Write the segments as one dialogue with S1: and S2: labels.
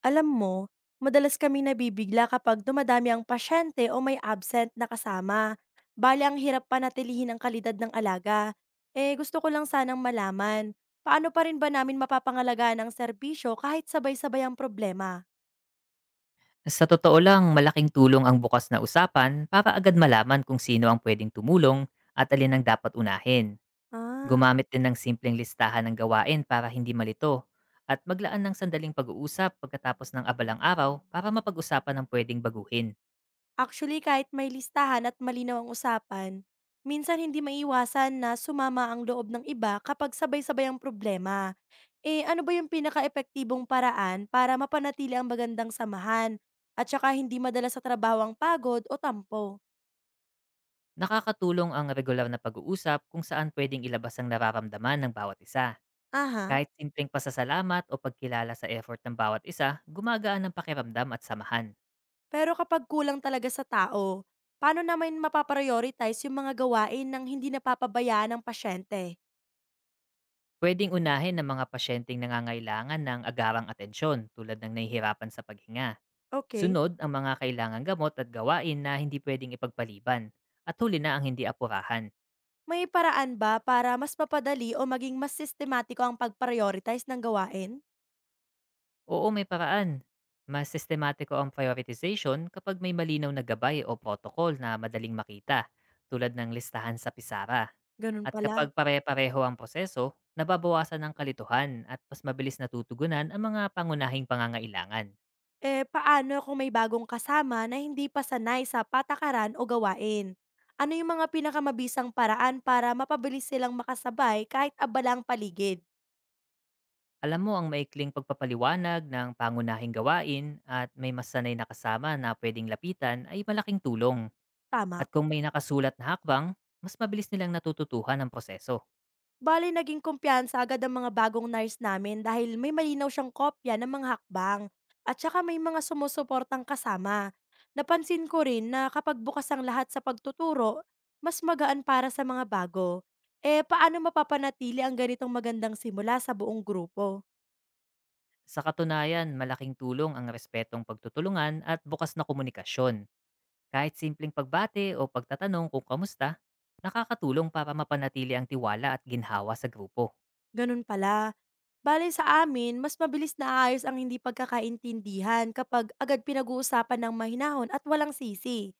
S1: Alam mo, madalas kami nabibigla kapag dumadami ang pasyente o may absent na kasama. Bali ang hirap panatilihin ang kalidad ng alaga. Eh gusto ko lang sanang malaman, paano pa rin ba namin mapapangalagaan ang serbisyo kahit sabay-sabay ang problema?
S2: Sa totoo lang, malaking tulong ang bukas na usapan para agad malaman kung sino ang pwedeng tumulong at alin ang dapat unahin.
S1: Ah,
S2: Gumamit din ng simpleng listahan ng gawain para hindi malito at maglaan ng sandaling pag-uusap pagkatapos ng abalang araw para mapag-usapan ang pwedeng baguhin.
S1: actually kahit may listahan at malinaw ang usapan, minsan hindi maiwasan na sumama ang loob ng iba kapag sabay-sabay ang problema. Eh, ano ba yung pinaka epektibong paraan para mapanatili ang magandang samahan at saka hindi madala sa trabaho ang pagod o tampo?
S2: Nakakatulong ang regular na pag-uusap kung saan pwedeng ilabas ang nararamdaman ng bawat isa.
S1: Aha.
S2: Kahit simpleng pasasalamat o pagkilala sa effort ng bawat isa, gumagaan ang pakiramdam at samahan.
S1: Pero kapag kulang talaga sa tao, paano naman mapaprioritize yung mga gawain ng hindi napapabayaan ng pasyente?
S2: Pwedeng unahin ng mga pasyenteng nangangailangan ng agarang atensyon tulad ng nahihirapan sa paghinga.
S1: Okay.
S2: Sunod ang mga kailangang gamot at gawain na hindi pwedeng ipagpaliban. At huli na ang hindi apurahan.
S1: May paraan ba para mas mapadali o maging mas sistematiko ang pag-prioritize ng gawain?
S2: Oo, may paraan. Mas sistematiko ang prioritization kapag may malinaw na gabay o protocol na madaling makita, tulad ng listahan sa pisara.
S1: Ganun
S2: At
S1: pala.
S2: kapag pare-pareho ang proseso, nababawasan ang kalituhan at mas mabilis natutugunan ang mga pangunahing pangangailangan.
S1: Eh, paano kung may bagong kasama na hindi pa sanay sa patakaran o gawain? Ano yung mga pinakamabisang paraan para mapabilis silang makasabay kahit abalang paligid?
S2: Alam mo, ang maikling pagpapaliwanag ng pangunahing gawain at may masanay na kasama na pwedeng lapitan ay malaking tulong.
S1: Tama.
S2: At kung may nakasulat na hakbang, mas mabilis nilang natututuhan ang proseso.
S1: Bali, naging kumpiyansa agad ang mga bagong nurse namin dahil may malinaw siyang kopya ng mga hakbang at saka may mga sumusuportang kasama. Napansin ko rin na kapag bukas ang lahat sa pagtuturo, mas magaan para sa mga bago. Eh, paano mapapanatili ang ganitong magandang simula sa buong grupo?
S2: Sa katunayan, malaking tulong ang respetong pagtutulungan at bukas na komunikasyon. Kahit simpleng pagbate o pagtatanong kung kamusta, nakakatulong para mapanatili ang tiwala at ginhawa sa grupo.
S1: Ganun pala. Bale sa amin, mas mabilis naayos ang hindi pagkakaintindihan kapag agad pinag-uusapan ng mahinahon at walang sisi.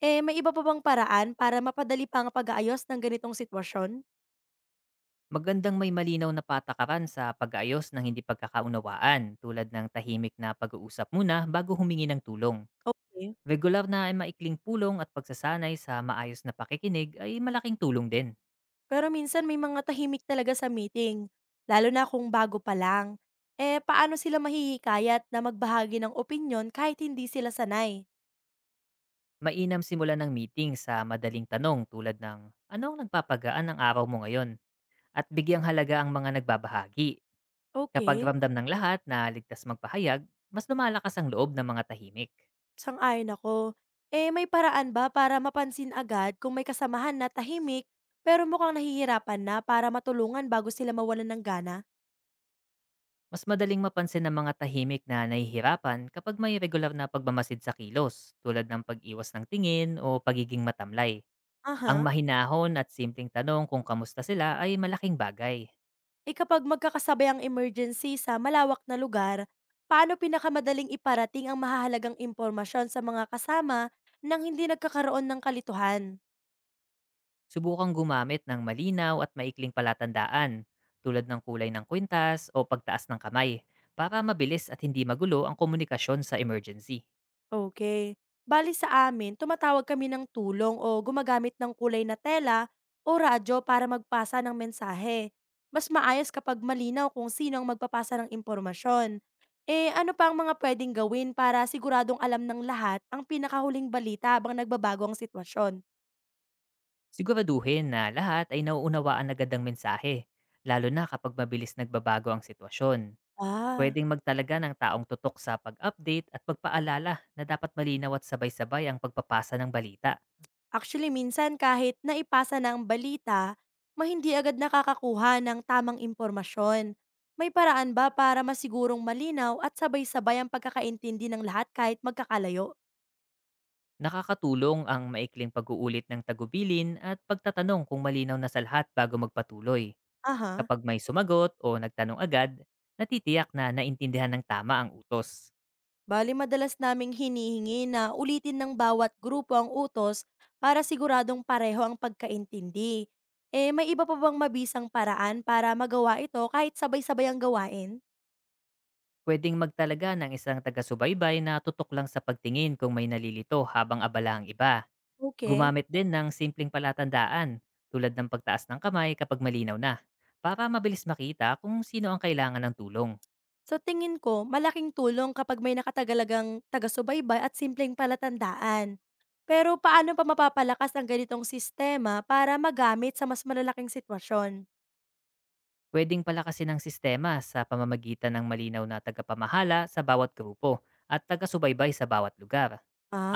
S1: Eh, may iba pa bang paraan para mapadali pa ang pag-aayos ng ganitong sitwasyon?
S2: Magandang may malinaw na patakaran sa pag-aayos ng hindi pagkakaunawaan, tulad ng tahimik na pag-uusap muna bago humingi ng tulong.
S1: Okay.
S2: Regular na ay maikling pulong at pagsasanay sa maayos na pakikinig ay malaking tulong din.
S1: Pero minsan may mga tahimik talaga sa meeting, lalo na kung bago pa lang. Eh, paano sila mahihikayat na magbahagi ng opinyon kahit hindi sila sanay?
S2: Mainam simula ng meeting sa madaling tanong tulad ng, "Ano ang nagpapagaan ng araw mo ngayon?" at bigyang halaga ang mga nagbabahagi. Kapag
S1: Okay.
S2: ramdam ng lahat na ligtas magpahayag, mas lumalakas ang loob ng mga tahimik.
S1: Sang-ayon ako. Eh, may paraan ba para mapansin agad kung may kasamahan na tahimik pero mukhang nahihirapan na para matulungan bago sila mawalan ng gana?
S2: Mas madaling mapansin ng mga tahimik na nahihirapan kapag may regular na pagmamasid sa kilos, tulad ng pag-iwas ng tingin o pagiging matamlay. Ang
S1: Aha.
S2: mahinahon at simpleng tanong kung kamusta sila ay malaking bagay.
S1: Eh kapag magkakasabay ang emergency sa malawak na lugar, paano pinakamadaling iparating ang mahahalagang impormasyon sa mga kasama nang hindi nagkakaroon ng kalituhan?
S2: Subukang gumamit ng malinaw at maikling palatandaan, tulad ng kulay ng kwintas o pagtaas ng kamay, para mabilis at hindi magulo ang komunikasyon sa emergency.
S1: Okay. Bale sa amin, tumatawag kami ng tulong o gumagamit ng kulay na tela o radyo para magpasa ng mensahe. Mas maayos kapag malinaw kung sino ang magpapasa ng impormasyon. Eh, ano pa ang mga pwedeng gawin para siguradong alam ng lahat ang pinakahuling balita habang nagbabago ang sitwasyon?
S2: Siguraduhin na lahat ay nauunawaan agad ang mensahe, lalo na kapag mabilis nagbabago ang sitwasyon.
S1: Ah.
S2: Puwedeng magtalaga ng taong tutok sa pag-update at pagpaalala na dapat malinaw at sabay-sabay ang pagpapasa ng balita.
S1: Actually, minsan kahit naipasa na ang balita, hindi agad nakakakuha ng tamang impormasyon. May paraan ba para masigurong malinaw at sabay-sabay ang pagkakaintindi ng lahat kahit magkakalayo?
S2: Nakakatulong ang maikling pag-uulit ng tagubilin at pagtatanong kung malinaw na sa lahat bago magpatuloy.
S1: Aha.
S2: Kapag may sumagot o nagtanong agad, natitiyak na naintindihan ng tama ang utos.
S1: Bali madalas naming hinihingi na ulitin ng bawat grupo ang utos para siguradong pareho ang pagkaintindi. Eh, may iba pa bang mabisang paraan para magawa ito kahit sabay-sabay ang gawain?
S2: Pwedeng magtalaga ng isang taga-subaybay na tutok lang sa pagtingin kung may nalilito habang abala ang iba.
S1: Okay.
S2: Gumamit din ng simpleng palatandaan tulad ng pagtaas ng kamay kapag malinaw na, para mabilis makita kung sino ang kailangan ng tulong.
S1: Sa tingin ko, malaking tulong kapag may nakatagalagang taga-subaybay at simpleng palatandaan. Pero paano pa mapapalakas ang ganitong sistema para magamit sa mas malalaking sitwasyon?
S2: Pwedeng palakasin ng sistema sa pamamagitan ng malinaw na tagapamahala sa bawat grupo at tagasubaybay sa bawat lugar.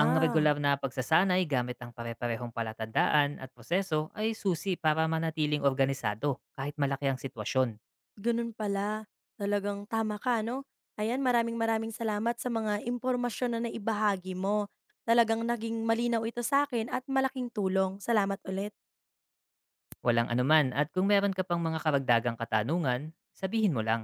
S2: Ang regular na pagsasanay gamit ang pare-parehong palatandaan at proseso ay susi para manatiling organisado kahit malaki ang sitwasyon.
S1: ganun pala. Talagang tama ka, no? Ayan, maraming maraming salamat sa mga impormasyon na naibahagi mo. Talagang naging malinaw ito sa akin at malaking tulong. Salamat ulit.
S2: Walang anuman, at kung meron ka pang mga karagdagang katanungan, sabihin mo lang.